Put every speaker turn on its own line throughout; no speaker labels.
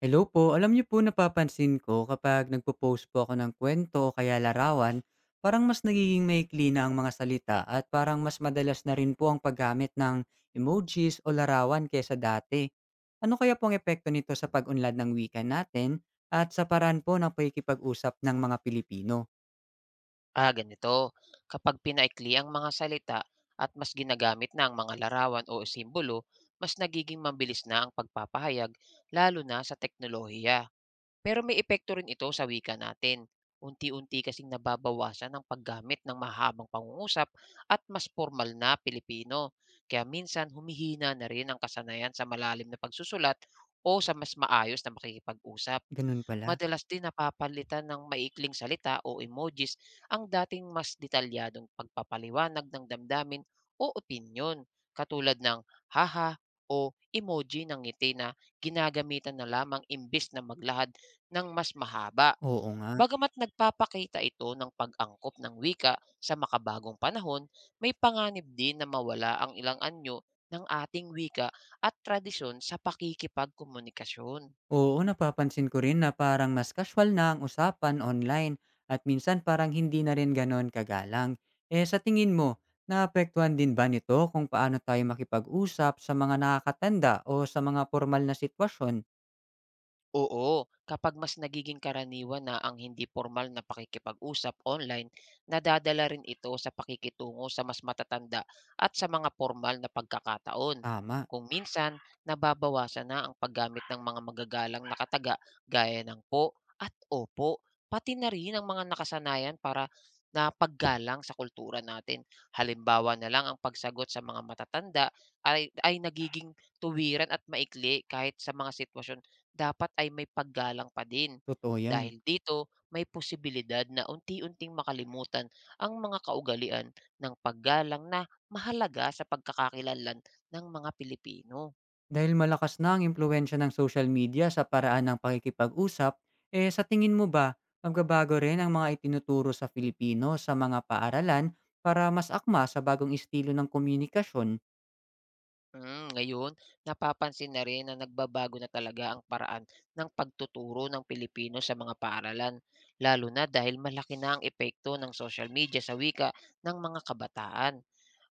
Hello po, alam niyo po, napapansin ko kapag nagpo-post po ako ng kwento o kaya larawan, parang mas nagiging maikli na ang mga salita at parang mas madalas na rin po ang paggamit ng emojis o larawan kesa dati. Ano kaya pong epekto nito sa pag-unlad ng wika natin at sa paraan po ng pakikipag-usap ng mga Pilipino?
Ah, ganito. Kapag pinaikli ang mga salita at mas ginagamit na ang mga larawan o simbolo, mas nagiging mabilis na ang pagpapahayag lalo na sa teknolohiya. Pero may epekto rin ito sa wika natin. Unti-unti kasing nababawasan ang paggamit ng mahabang pangungusap at mas formal na Pilipino. Kaya minsan humihina na rin ang kasanayan sa malalim na pagsusulat o sa mas maayos na makikipag-usap.
Ganun pala.
Madalas din napapalitan ng maikling salita o emojis ang dating mas detalyadong pagpapaliwanag ng damdamin o opinyon katulad ng haha o emoji ng ngiti na ginagamitan na lamang imbis na maglahad ng mas mahaba.
Oo nga.
Bagamat nagpapakita ito ng pag-angkop ng wika sa makabagong panahon, may panganib din na mawala ang ilang anyo ng ating wika at tradisyon sa pakikipagkomunikasyon.
Oo, napapansin ko rin na parang mas casual na ang usapan online at minsan parang hindi na rin ganon kagalang. Eh sa tingin mo, naapektuhan din ba nito kung paano tayo makipag-usap sa mga nakakatanda o sa mga formal na sitwasyon?
Oo, kapag mas nagiging karaniwan na ang hindi formal na pakikipag-usap online, nadadala rin ito sa pakikitungo sa mas matatanda at sa mga formal na pagkakataon.
Tama,
Kung minsan, nababawasan na ang paggamit ng mga magagalang nakataga gaya ng po at opo, pati na rin ang mga nakasanayan para na paggalang sa kultura natin. Halimbawa na lang ang pagsagot sa mga matatanda ay nagiging tuwiran at maikli kahit sa mga sitwasyon dapat ay may paggalang pa din.
totoo yan.
Dahil dito, may posibilidad na unti-unting makalimutan ang mga kaugalian ng paggalang na mahalaga sa pagkakakilanlan ng mga Pilipino.
Dahil malakas na ang impluensya ng social media sa paraan ng pakikipag-usap, eh sa tingin mo ba, magbabago rin ang mga itinuturo sa Filipino sa mga paaralan para mas akma sa bagong estilo ng komunikasyon?
Ngayon, napapansin na rin na nagbabago na talaga ang paraan ng pagtuturo ng Pilipino sa mga paaralan, lalo na dahil malaki na ang epekto ng social media sa wika ng mga kabataan.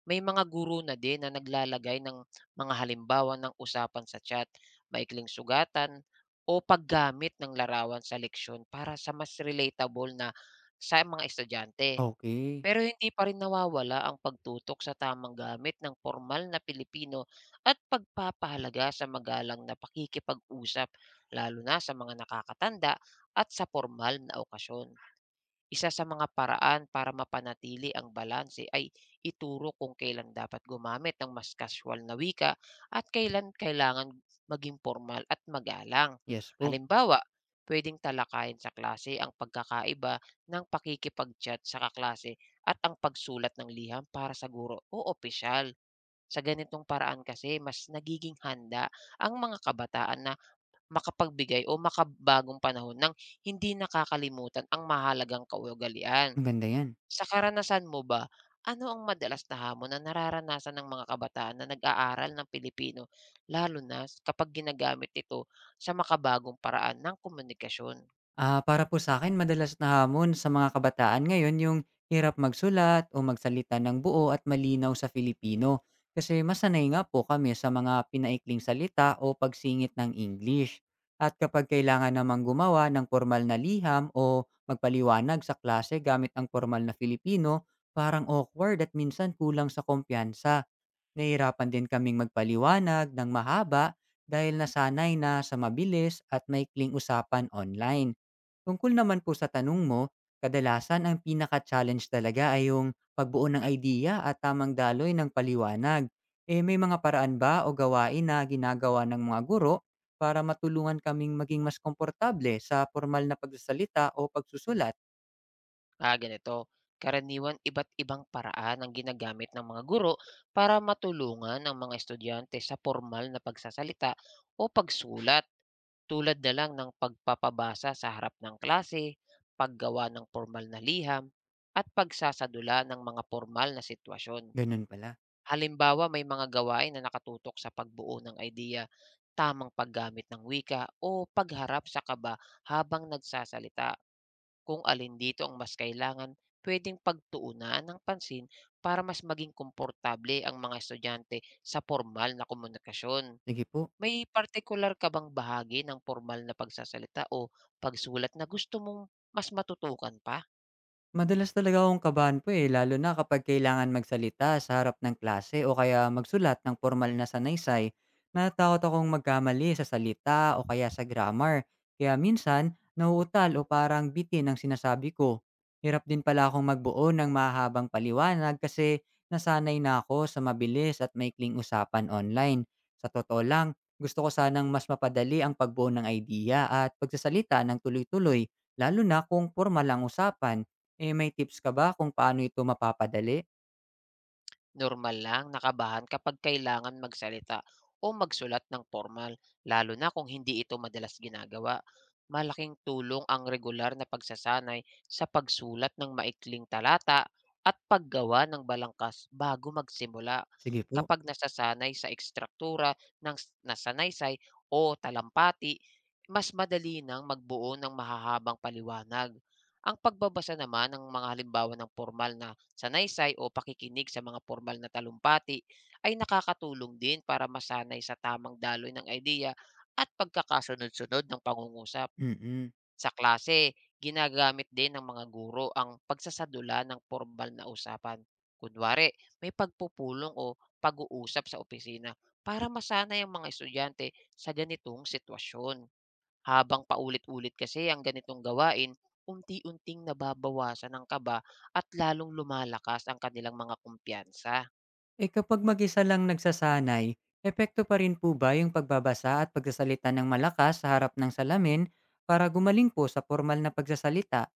May mga guro na din na naglalagay ng mga halimbawa ng usapan sa chat, maikling sugatan o paggamit ng larawan sa leksyon para sa mas relatable na sa mga estudyante.
Okay.
Pero hindi pa rin nawawala ang pagtutok sa tamang gamit ng formal na Pilipino at pagpapahalaga sa magalang na pakikipag-usap lalo na sa mga nakakatanda at sa formal na okasyon. Isa sa mga paraan para mapanatili ang balanse ay ituro kung kailan dapat gumamit ng mas casual na wika at kailan kailangan maging formal at magalang.
Yes po,
Halimbawa, pwedeng talakayin sa klase ang pagkakaiba ng pakikipag-chat sa kaklase at ang pagsulat ng liham para sa guro o opisyal. Sa ganitong paraan kasi mas nagiging handa ang mga kabataan na makapagbigay o makabagong panahon ng hindi nakakalimutan ang mahalagang kaugalian.
maganda 'yan.
Sa karanasan mo ba, ano ang madalas na hamon na nararanasan ng mga kabataan na nag-aaral ng Pilipino lalo na kapag ginagamit ito sa makabagong paraan ng komunikasyon?
Ah, para po sa akin, madalas na hamon sa mga kabataan ngayon yung hirap magsulat o magsalita ng buo at malinaw sa Filipino, kasi masanay nga po kami sa mga pinaikling salita o pagsingit ng English. At kapag kailangan namang gumawa ng formal na liham o magpaliwanag sa klase gamit ang formal na Filipino, parang awkward at minsan kulang sa kumpiyansa. Nahihirapan din kaming magpaliwanag ng mahaba dahil nasanay na sa mabilis at maikling usapan online. Tungkol naman po sa tanong mo, kadalasan ang pinaka-challenge talaga ay yung pagbuo ng idea at tamang daloy ng paliwanag. Eh may mga paraan ba o gawain na ginagawa ng mga guro para matulungan kaming maging mas komportable sa formal na pagsasalita o pagsusulat?
Ah, ganito. Karaniwan, iba't ibang paraan ang ginagamit ng mga guro para matulungan ang mga estudyante sa formal na pagsasalita o pagsulat tulad na lang ng pagpapabasa sa harap ng klase, paggawa ng formal na liham, at pagsasadula ng mga formal na sitwasyon.
Ganun pala.
Halimbawa, may mga gawain na nakatutok sa pagbuo ng idea, tamang paggamit ng wika, o pagharap sa kaba habang nagsasalita. Kung alin dito ang mas kailangan, pwedeng pagtuunan ng pansin para mas maging komportable ang mga estudyante sa formal na komunikasyon.
Sige po.
May partikular ka bang bahagi ng formal na pagsasalita o pagsulat na gusto mong mas matutukan pa?
Madalas talaga akong kabahan po, eh, lalo na kapag kailangan magsalita sa harap ng klase o kaya magsulat ng formal na sanaysay. Natatakot akong magkamali sa salita o kaya sa grammar. Kaya minsan, nauutal o parang bitin ang sinasabi ko. Hirap din pala akong magbuo ng mahabang paliwanag kasi nasanay na ako sa mabilis at maikling usapan online. Sa totoo lang, gusto ko sanang mas mapadali ang pagbuo ng idea at pagsasalita ng tuloy-tuloy, lalo na kung formal ang usapan. Eh, may tips ka ba kung paano ito mapapadali?
Normal lang nakabahan kapag kailangan magsalita o magsulat ng formal, lalo na kung hindi ito madalas ginagawa. Malaking tulong ang regular na pagsasanay sa pagsulat ng maikling talata at paggawa ng balangkas bago magsimula.
Sige po.
Kapag nasasanay sa ekstruktura ng nasanaysay o talampati, mas madali nang magbuo ng mahahabang paliwanag. Ang pagbabasa naman ng mga halimbawa ng formal na sanaysay o pakikinig sa mga formal na talumpati ay nakakatulong din para masanay sa tamang daloy ng ideya at pagkakasunod-sunod ng pangungusap.
Mm.
Sa klase, ginagamit din ng mga guro ang pagsasadula ng formal na usapan. Kunwari, may pagpupulong o pag-uusap sa opisina para masanay ang mga estudyante sa ganitong sitwasyon. Habang paulit-ulit kasi ang ganitong gawain, unti-unting nababawasan ang kaba at lalong lumalakas ang kanilang mga kumpiyansa.
Eh, kapag mag-isa lang nagsasanay, epekto pa rin po ba yung pagbabasa at pagsasalita ng malakas sa harap ng salamin para gumaling po sa formal na pagsasalita?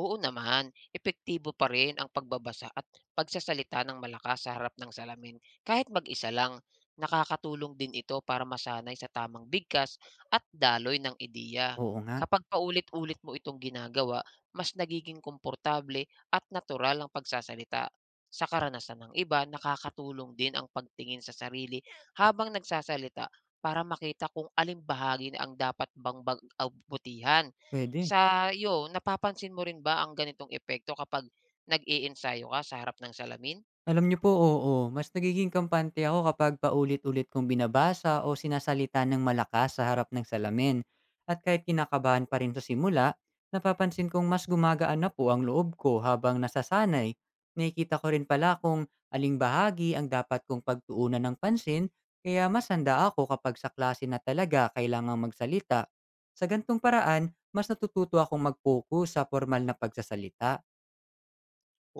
Oo naman, epektibo pa rin ang pagbabasa at pagsasalita ng malakas sa harap ng salamin kahit mag-isa lang. Nakakatulong din ito para masanay sa tamang bigkas at daloy ng ideya.
Oo nga,
Kapag paulit-ulit mo itong ginagawa, mas nagiging komportable at natural ang pagsasalita. Sa karanasan ng iba, nakakatulong din ang pagtingin sa sarili habang nagsasalita para makita kung aling bahagi ang dapat bang abutihan
pwede.
sa 'yo, napapansin mo rin ba ang ganitong epekto kapag nag-e-ensayo ka sa harap ng salamin?
Alam niyo po, oo. Mas nagiging kampante ako kapag paulit-ulit kong binabasa o sinasalita ng malakas sa harap ng salamin. At kahit kinakabahan pa rin sa simula, napapansin kong mas gumagaan na po ang loob ko habang nasasanay. Nakikita ko rin pala kung aling bahagi ang dapat kong pagtuunan ng pansin, kaya mas handa ako kapag sa klase na talaga kailangang magsalita. Sa gantong paraan, mas natututo akong mag-focus sa formal na pagsasalita.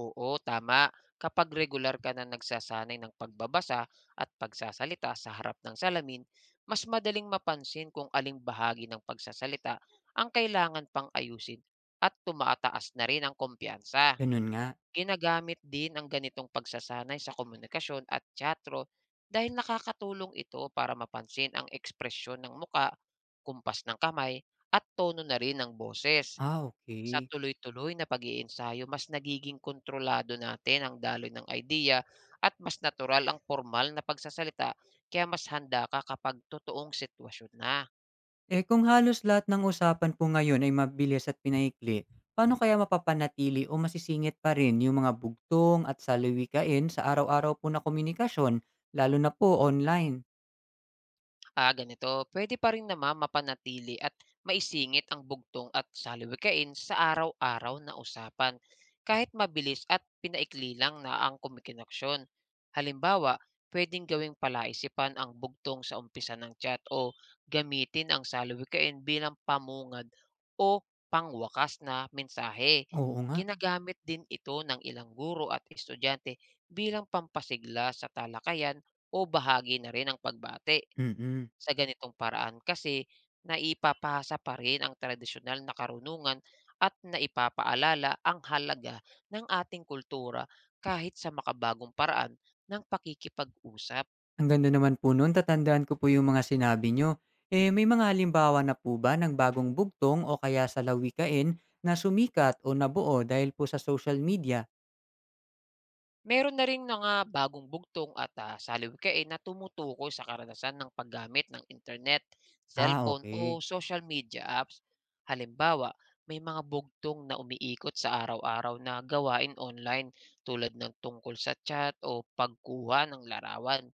Oo, tama. Kapag regular ka na nagsasanay ng pagbabasa at pagsasalita sa harap ng salamin, mas madaling mapansin kung aling bahagi ng pagsasalita ang kailangan pang ayusin at tumaataas na rin ang kumpiyansa.
Ganun nga.
Ginagamit din ang ganitong pagsasanay sa komunikasyon at teatro dahil nakakatulong ito para mapansin ang ekspresyon ng muka, kumpas ng kamay, at tono na rin ng boses.
Ah,
Sa
okay.
tuloy-tuloy na pag-iensayo, mas nagiging kontrolado natin ang daloy ng idea at mas natural ang formal na pagsasalita, kaya mas handa ka kapag totoong sitwasyon na.
Eh kung halos lahat ng usapan po ngayon ay mabilis at pinaikli, paano kaya mapapanatili o masisingit pa rin yung mga bugtong at salawikain sa araw-araw po na komunikasyon, lalo na po online?
Ah, ganito, pwede pa rin naman mapanatili at maisingit ang bugtong at salawikain sa araw-araw na usapan, kahit mabilis at pinaikli lang na ang kumikinaksyon. Halimbawa, pwedeng gawing palaisipan ang bugtong sa umpisa ng chat o gamitin ang salawikain bilang pamungad o pangwakas na mensahe.
Oo nga.
Ginagamit din ito ng ilang guro at estudyante bilang pampasigla sa talakayan o bahagi na rin ng pagbate.
Mm.
Sa ganitong paraan kasi naipapahasa pa rin ang tradisyonal na karunungan at naipapaalala ang halaga ng ating kultura kahit sa makabagong paraan ng pakikipag-usap.
Ang ganda naman po nun, tatandaan ko po yung mga sinabi nyo. Eh may mga halimbawa na po ba ng bagong bugtong o kaya salawikain na sumikat o nabuo dahil po sa social media?
Meron na ring mga bagong bugtong at salukikain na tumutukoy sa karanasan ng paggamit ng internet,
Ah,
cellphone
okay.
o social media apps. Halimbawa, may mga bugtong na umiikot sa araw-araw na gawain online tulad ng tungkol sa chat o pagkuha ng larawan.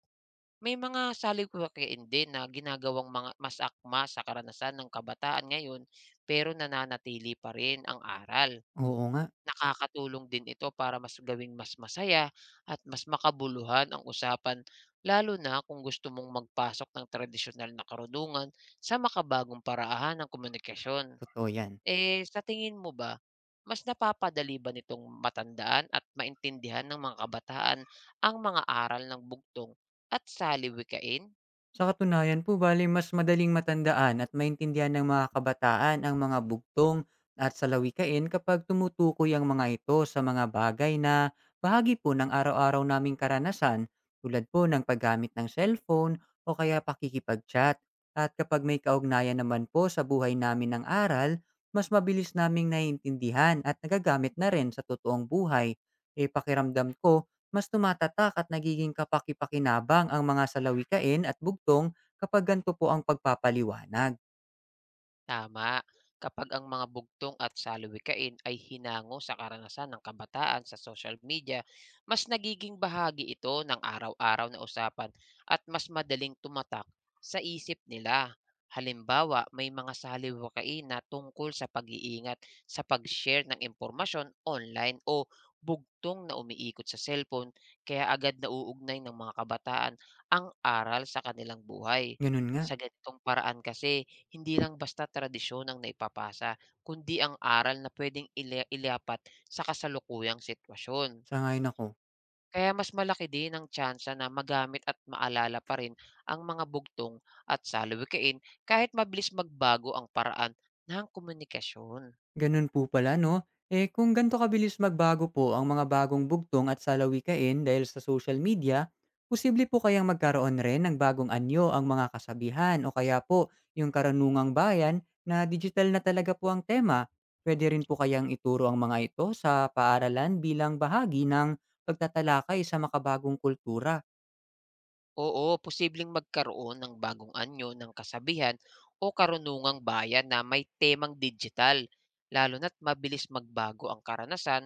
May mga salukikain din na ginagawang mga mas akma sa karanasan ng kabataan ngayon, pero nananatili pa rin ang aral.
Oo nga.
Nakakatulong din ito para mas gawing mas masaya at mas makabuluhan ang usapan, lalo na kung gusto mong magpasok ng tradisyonal na karunungan sa makabagong paraahan ng komunikasyon.
Totoo yan.
Eh, sa tingin mo ba, mas napapadali ba nitong matandaan at maintindihan ng mga kabataan ang mga aral ng bugtong at saliwikain?
Sa katunayan po, bali mas madaling matandaan at maintindihan ng mga kabataan ang mga bugtong at salawikain kapag tumutukoy ang mga ito sa mga bagay na bahagi po ng araw-araw naming karanasan, tulad po ng paggamit ng cellphone o kaya pakikipag-chat. At kapag may kaugnayan naman po sa buhay namin ng aral, mas mabilis naming naiintindihan at nagagamit na rin sa totoong buhay. E pakiramdam ko, mas tumatatak at nagiging kapaki-pakinabang ang mga salawikain at bugtong kapag ganito po ang pagpapaliwanag.
Tama. Kapag ang mga bugtong at salawikain ay hinango sa karanasan ng kabataan sa social media, mas nagiging bahagi ito ng araw-araw na usapan at mas madaling tumatak sa isip nila. Halimbawa, may mga salawikain na tungkol sa pag-iingat sa pag-share ng impormasyon online o bugtong na umiikot sa cellphone, kaya agad nauugnay ng mga kabataan ang aral sa kanilang buhay.
Gano'n nga,
Sa ganitong paraan kasi, hindi lang basta tradisyon ang naipapasa, kundi ang aral na pwedeng ilipat sa kasalukuyang sitwasyon.
sangayon ako.
Kaya mas malaki din ang tyansa na magamit at maalala pa rin ang mga bugtong at salawikain kahit mabilis magbago ang paraan ng komunikasyon.
Ganun po pala, no? Eh kung ganito kabilis magbago po ang mga bagong bugtong at salawikain dahil sa social media, posible po kayang magkaroon rin ng bagong anyo ang mga kasabihan o kaya po yung karanungang bayan na digital na talaga po ang tema. Pwede rin po kayang ituro ang mga ito sa paaralan bilang bahagi ng pagtatalakay sa makabagong kultura?
Oo, posibleng magkaroon ng bagong anyo ng kasabihan o karunungang bayan na may temang digital, lalo na't mabilis magbago ang karanasan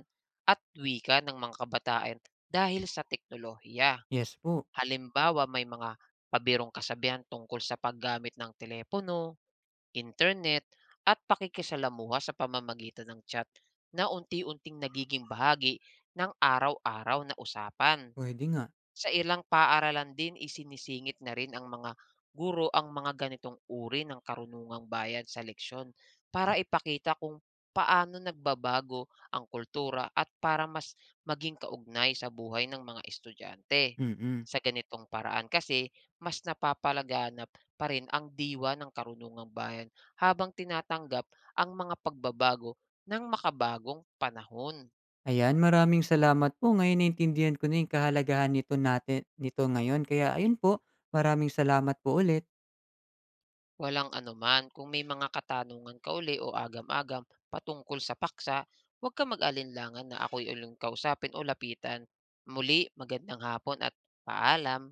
at wika ng mga kabataan dahil sa teknolohiya.
Yes po,
Halimbawa, may mga pabirong kasabihan tungkol sa paggamit ng telepono, internet, at pakikisalamuha sa pamamagitan ng chat na unti-unting nagiging bahagi ng araw-araw na usapan.
pwede nga.
Sa ilang paaralan din, isinisingit na rin ang mga guro ang mga ganitong uri ng karunungang bayan sa leksyon para ipakita kung paano nagbabago ang kultura at para mas maging kaugnay sa buhay ng mga estudyante.
Mm-mm.
Sa ganitong paraan kasi, mas napapalaganap pa rin ang diwa ng karunungang bayan habang tinatanggap ang mga pagbabago ng makabagong panahon.
Ayan, maraming salamat po. Ngayon naintindihan ko na yung kahalagahan nito natin ngayon. Kaya ayun po, maraming salamat po ulit.
Walang anuman, kung may mga katanungan ka uli o agam-agam patungkol sa paksa, huwag ka mag-alinlangan na ako'y uling kausapin o lapitan. Muli, magandang hapon at paalam.